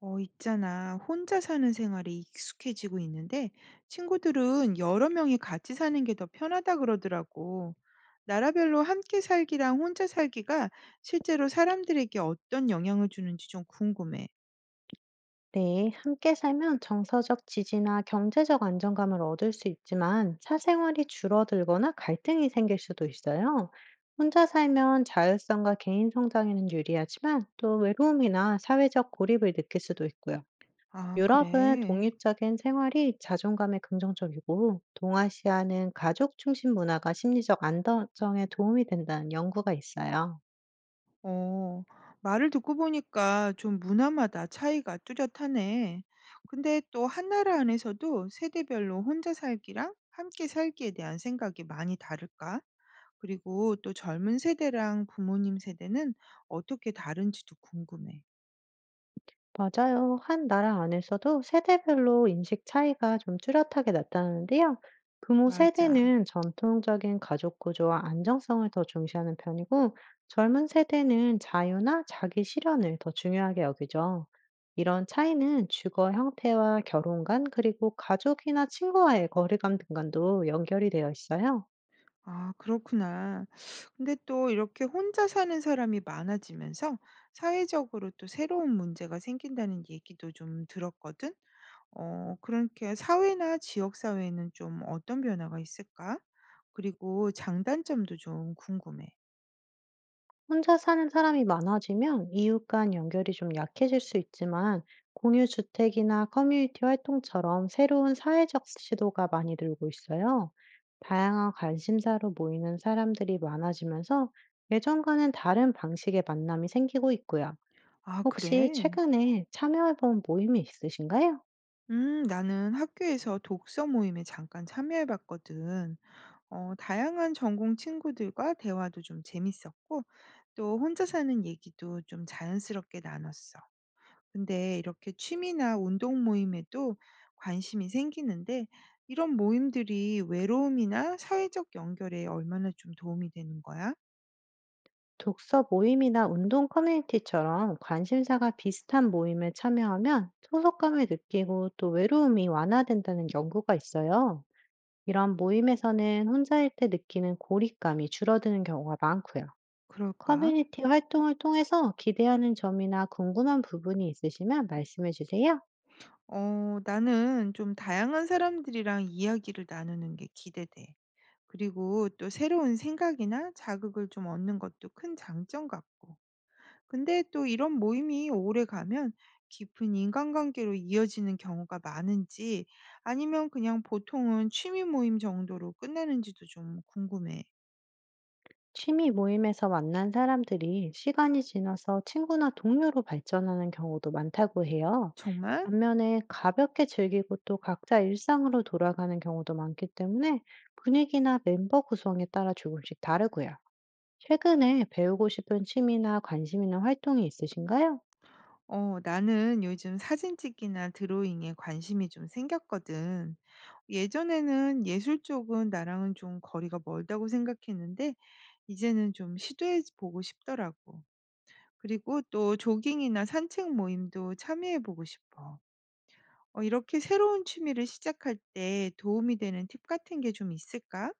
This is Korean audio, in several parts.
어, 있잖아. 혼자 사는 생활에 익숙해지고 있는데 친구들은 여러 명이 같이 사는 게 더 편하다 그러더라고. 나라별로 함께 살기랑 혼자 살기가 실제로 사람들에게 어떤 영향을 주는지 좀 궁금해. 네, 함께 살면 정서적 지지나 경제적 안정감을 얻을 수 있지만 사생활이 줄어들거나 갈등이 생길 수도 있어요. 혼자 살면 자율성과 개인 성장에는 유리하지만 또 외로움이나 사회적 고립을 느낄 수도 있고요. 아, 유럽은 그래. 독립적인 생활이 자존감에 긍정적이고, 동아시아는 가족 중심 문화가 심리적 안정에 도움이 된다는 연구가 있어요. 어, 말을 듣고 보니까 좀 문화마다 차이가 뚜렷하네. 근데 또 한 나라 안에서도 세대별로 혼자 살기랑 함께 살기에 대한 생각이 많이 다를까? 그리고 또 젊은 세대랑 부모님 세대는 어떻게 다른지도 궁금해. 맞아요. 한 나라 안에서도 세대별로 인식 차이가 좀 뚜렷하게 나타나는데요. 부모 맞아. 세대는 전통적인 가족 구조와 안정성을 더 중시하는 편이고, 젊은 세대는 자유나 자기 실현을 더 중요하게 여기죠. 이런 차이는 주거 형태와 결혼관, 그리고 가족이나 친구와의 거리감 등간도 연결이 되어 있어요. 아, 그렇구나. 근데 또 이렇게 혼자 사는 사람이 많아지면서 사회적으로 또 새로운 문제가 생긴다는 얘기도 좀 들었거든. 어, 그러니까 사회나 지역 사회에는 좀 어떤 변화가 있을까? 그리고 장단점도 좀 궁금해. 혼자 사는 사람이 많아지면 이웃 간 연결이 좀 약해질 수 있지만, 공유 주택이나 커뮤니티 활동처럼 새로운 사회적 시도가 많이 늘고 있어요. 다양한 관심사로 모이는 사람들이 많아지면서 예전과는 다른 방식의 만남이 생기고 있고요. 아, 혹시 그래? 최근에 참여해본 모임이 있으신가요? 나는 학교에서 독서 모임에 잠깐 참여해 봤거든. 어, 다양한 전공 친구들과 대화도 좀 재밌었고, 또 혼자 사는 얘기도 좀 자연스럽게 나눴어. 근데 이렇게 취미나 운동 모임에도 관심이 생기는데, 이런 모임들이 외로움이나 사회적 연결에 얼마나 좀 도움이 되는 거야? 독서 모임이나 운동 커뮤니티처럼 관심사가 비슷한 모임에 참여하면 소속감을 느끼고 또 외로움이 완화된다는 연구가 있어요. 이런 모임에서는 혼자일 때 느끼는 고립감이 줄어드는 경우가 많고요. 그럴까? 커뮤니티 활동을 통해서 기대하는 점이나 궁금한 부분이 있으시면 말씀해 주세요. 어, 나는 좀 다양한 사람들이랑 이야기를 나누는 게 기대돼. 그리고 또 새로운 생각이나 자극을 좀 얻는 것도 큰 장점 같고. 근데 또 이런 모임이 오래 가면 깊은 인간관계로 이어지는 경우가 많은지 아니면 그냥 보통은 취미 모임 정도로 끝나는지도 좀 궁금해. 취미 모임에서 만난 사람들이 시간이 지나서 친구나 동료로 발전하는 경우도 많다고 해요. 정말? 반면에 가볍게 즐기고 또 각자 일상으로 돌아가는 경우도 많기 때문에, 분위기나 멤버 구성에 따라 조금씩 다르고요. 최근에 배우고 싶은 취미나 관심 있는 활동이 있으신가요? 어, 나는 요즘 사진 찍기나 드로잉에 관심이 좀 생겼거든. 예전에는 예술 쪽은 나랑은 좀 거리가 멀다고 생각했는데 이제는 좀 시도해 보고 싶더라고. 그리고 또 조깅이나 산책 모임도 참여해 보고 싶어. 어 이렇게 새로운 취미를 시작할 때 도움이 되는 팁 같은 게 좀 있을까?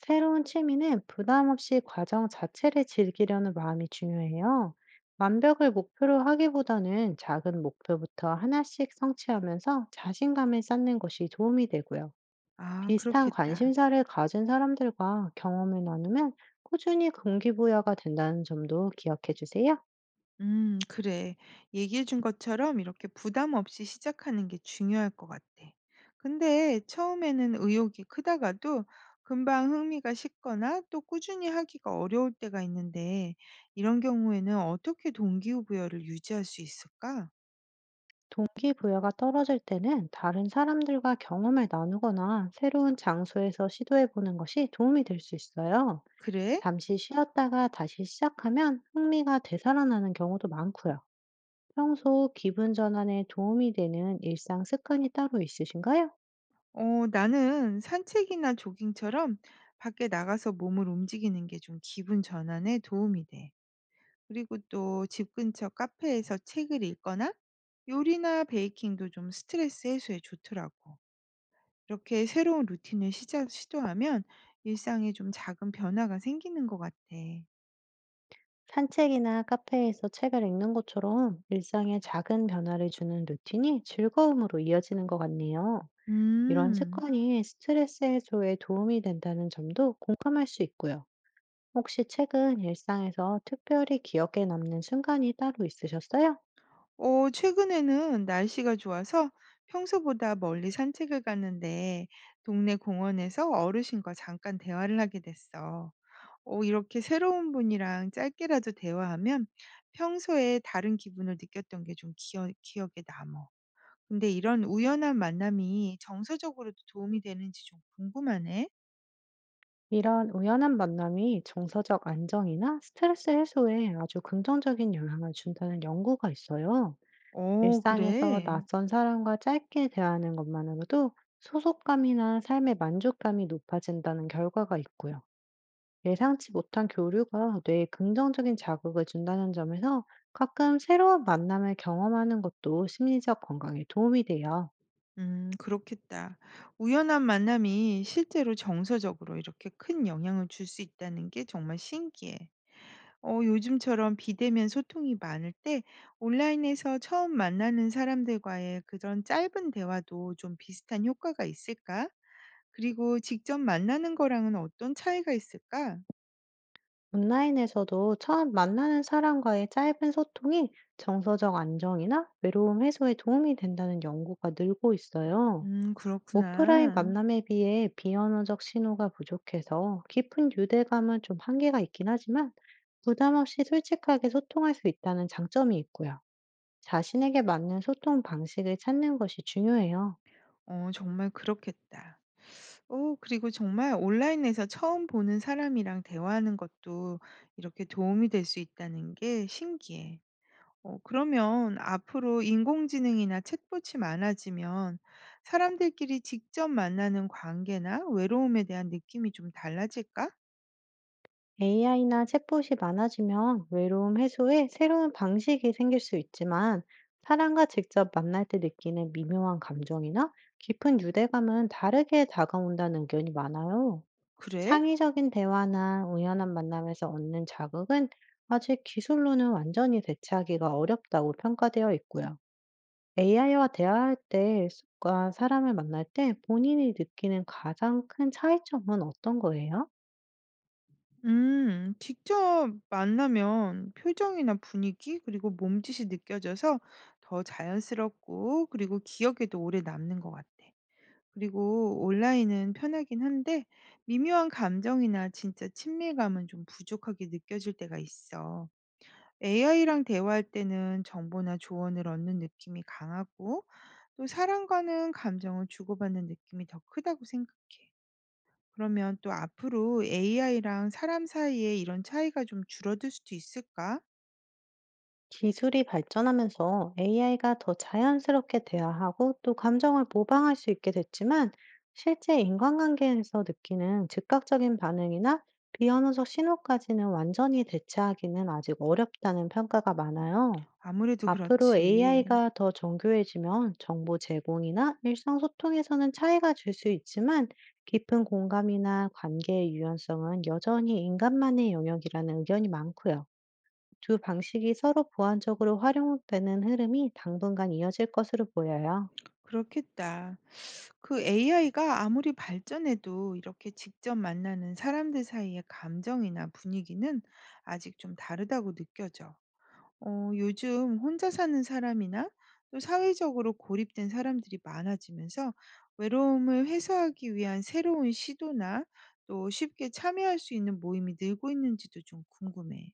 새로운 취미는 부담 없이 과정 자체를 즐기려는 마음이 중요해요. 완벽을 목표로 하기보다는 작은 목표부터 하나씩 성취하면서 자신감을 쌓는 것이 도움이 되고요. 아 비슷한 그렇겠다. 관심사를 가진 사람들과 경험을 나누면 꾸준히 동기부여가 된다는 점도 기억해 주세요. 그래. 얘기해 준 것처럼 이렇게 부담 없이 시작하는 게 중요할 것 같아. 근데 처음에는 의욕이 크다가도 금방 흥미가 식거나 또 꾸준히 하기가 어려울 때가 있는데 이런 경우에는 어떻게 동기부여를 유지할 수 있을까? 동기부여가 떨어질 때는 다른 사람들과 경험을 나누거나 새로운 장소에서 시도해 보는 것이 도움이 될 수 있어요. 그래? 잠시 쉬었다가 다시 시작하면 흥미가 되살아나는 경우도 많고요. 평소 기분 전환에 도움이 되는 일상 습관이 따로 있으신가요? 어, 나는 산책이나 조깅처럼 밖에 나가서 몸을 움직이는 게 좀 기분 전환에 도움이 돼. 그리고 또 집 근처 카페에서 책을 읽거나 요리나 베이킹도 좀 스트레스 해소에 좋더라고. 이렇게 새로운 루틴을 시도하면 일상에 좀 작은 변화가 생기는 것 같아. 산책이나 카페에서 책을 읽는 것처럼 일상에 작은 변화를 주는 루틴이 즐거움으로 이어지는 것 같네요. 이런 음. 습관이 스트레스 해소에 도움이 된다는 점도 공감할 수 있고요. 혹시 최근 일상에서 특별히 기억에 남는 순간이 따로 있으셨어요? 어, 최근에는 날씨가 좋아서 평소보다 멀리 산책을 갔는데 동네 공원에서 어르신과 잠깐 대화를 하게 됐어. 어, 이렇게 새로운 분이랑 짧게라도 대화하면 평소에 다른 기분을 느꼈던 게 좀 기억에 남어. 근데 이런 우연한 만남이 정서적으로도 도움이 되는지 좀 궁금하네. 이런 우연한 만남이 정서적 안정이나 스트레스 해소에 아주 긍정적인 영향을 준다는 연구가 있어요. 어, 일상에서 그래. 낯선 사람과 짧게 대화하는 것만으로도 소속감이나 삶의 만족감이 높아진다는 결과가 있고요. 예상치 못한 교류가 뇌에 긍정적인 자극을 준다는 점에서, 가끔 새로운 만남을 경험하는 것도 심리적 건강에 도움이 돼요. 그렇겠다. 우연한 만남이 실제로 정서적으로 이렇게 큰 영향을 줄 수 있다는 게 정말 신기해. 어, 요즘처럼 비대면 소통이 많을 때 온라인에서 처음 만나는 사람들과의 그런 짧은 대화도 좀 비슷한 효과가 있을까? 그리고 직접 만나는 거랑은 어떤 차이가 있을까? 온라인에서도 처음 만나는 사람과의 짧은 소통이 정서적 안정이나 외로움 해소에 도움이 된다는 연구가 늘고 있어요. 오프라인 그렇구나. 만남에 비해 비언어적 신호가 부족해서 깊은 유대감은 좀 한계가 있긴 하지만, 부담 없이 솔직하게 소통할 수 있다는 장점이 있고요. 자신에게 맞는 소통 방식을 찾는 것이 중요해요. 어, 정말 그렇겠다. 오, 그리고 정말 온라인에서 처음 보는 사람이랑 대화하는 것도 이렇게 도움이 될 수 있다는 게 신기해. 어 그러면 앞으로 인공지능이나 챗봇이 많아지면 사람들끼리 직접 만나는 관계나 외로움에 대한 느낌이 좀 달라질까? AI나 챗봇이 많아지면 외로움 해소에 새로운 방식이 생길 수 있지만, 사람과 직접 만날 때 느끼는 미묘한 감정이나 깊은 유대감은 다르게 다가온다는 의견이 많아요. 그래? 창의적인 대화나 우연한 만남에서 얻는 자극은 아직 기술로는 완전히 대체하기가 어렵다고 평가되어 있고요. AI와 대화할 때과 사람을 만날 때 본인이 느끼는 가장 큰 차이점은 어떤 거예요? 직접 만나면 표정이나 분위기 그리고 몸짓이 느껴져서 더 자연스럽고 그리고 기억에도 오래 남는 것 같아. 그리고 온라인은 편하긴 한데 미묘한 감정이나 진짜 친밀감은 좀 부족하게 느껴질 때가 있어. AI랑 대화할 때는 정보나 조언을 얻는 느낌이 강하고 또 사람과는 감정을 주고받는 느낌이 더 크다고 생각해. 그러면 또 앞으로 AI랑 사람 사이에 이런 차이가 좀 줄어들 수도 있을까? 기술이 발전하면서 AI가 더 자연스럽게 대화하고 또 감정을 모방할 수 있게 됐지만, 실제 인간관계에서 느끼는 즉각적인 반응이나 비언어적 신호까지는 완전히 대체하기는 아직 어렵다는 평가가 많아요. 아무래도 앞으로 그렇지. AI가 더 정교해지면 정보 제공이나 일상소통에서는 차이가 줄 수 있지만, 깊은 공감이나 관계의 유연성은 여전히 인간만의 영역이라는 의견이 많고요. 두 방식이 서로 보완적으로 활용되는 흐름이 당분간 이어질 것으로 보여요. 그렇겠다. 그 AI가 아무리 발전해도 이렇게 직접 만나는 사람들 사이의 감정이나 분위기는 아직 좀 다르다고 느껴져. 어, 요즘 혼자 사는 사람이나 또 사회적으로 고립된 사람들이 많아지면서 외로움을 해소하기 위한 새로운 시도나 또 쉽게 참여할 수 있는 모임이 늘고 있는지도 좀 궁금해.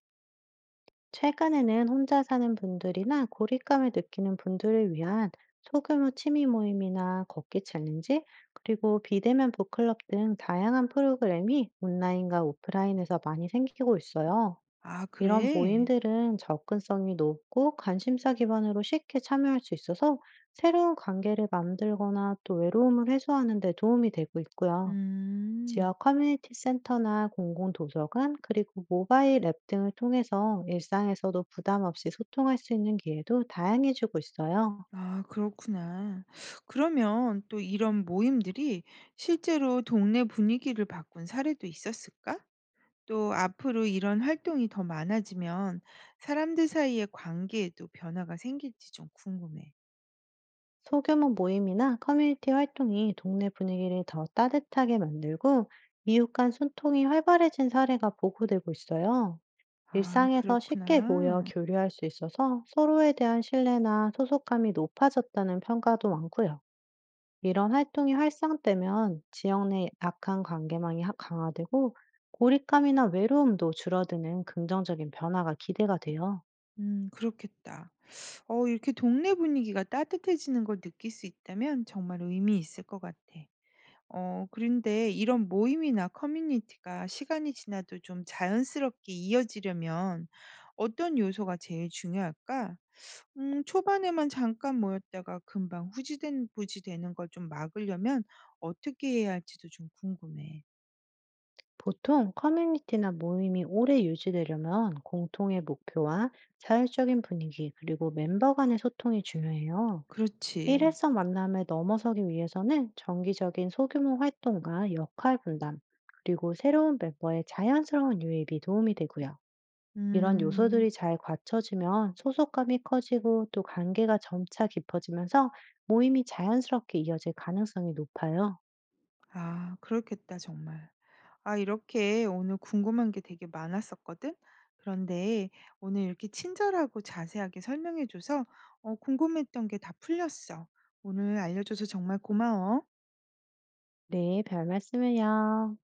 최근에는 혼자 사는 분들이나 고립감을 느끼는 분들을 위한 소규모 취미 모임이나 걷기 챌린지, 그리고 비대면 북클럽 등 다양한 프로그램이 온라인과 오프라인에서 많이 생기고 있어요. 아, 이런 그래? 모임들은 접근성이 높고 관심사 기반으로 쉽게 참여할 수 있어서 새로운 관계를 만들거나 또 외로움을 해소하는 데 도움이 되고 있고요. 음. 지역 커뮤니티 센터나 공공 도서관, 그리고 모바일 앱 등을 통해서 일상에서도 부담 없이 소통할 수 있는 기회도 다양해지고 있어요. 아, 그렇구나. 그러면 또 이런 모임들이 실제로 동네 분위기를 바꾼 사례도 있었을까? 또 앞으로 이런 활동이 더 많아지면 사람들 사이의 관계에도 변화가 생길지 좀 궁금해. 소규모 모임이나 커뮤니티 활동이 동네 분위기를 더 따뜻하게 만들고 이웃 간 소통이 활발해진 사례가 보고되고 있어요. 아, 일상에서 쉽게 모여 그렇구나. 교류할 수 있어서 서로에 대한 신뢰나 소속감이 높아졌다는 평가도 많고요. 이런 활동이 활성되면 지역 내 악한 관계망이 강화되고, 고립감이나 외로움도 줄어드는 긍정적인 변화가 기대가 돼요. 그렇겠다. 어, 이렇게 동네 분위기가 따뜻해지는 걸 느낄 수 있다면 정말 의미 있을 것 같아. 어 그런데 이런 모임이나 커뮤니티가 시간이 지나도 좀 자연스럽게 이어지려면 어떤 요소가 제일 중요할까? 초반에만 잠깐 모였다가 금방 후지된 부지되는 걸 좀 막으려면 어떻게 해야 할지도 좀 궁금해. 보통 커뮤니티나 모임이 오래 유지되려면 공통의 목표와 자율적인 분위기, 그리고 멤버 간의 소통이 중요해요. 그렇지. 일회성 만남을 넘어서기 위해서는 정기적인 소규모 활동과 역할 분담, 그리고 새로운 멤버의 자연스러운 유입이 도움이 되고요. 이런 음. 요소들이 잘 갖춰지면 소속감이 커지고 또 관계가 점차 깊어지면서 모임이 자연스럽게 이어질 가능성이 높아요. 아 그렇겠다 정말. 아, 이렇게 오늘 궁금한 게 되게 많았었거든? 그런데 오늘 이렇게 친절하고 자세하게 설명해줘서 어, 궁금했던 게 다 풀렸어. 오늘 알려줘서 정말 고마워. 네, 별 말씀을요.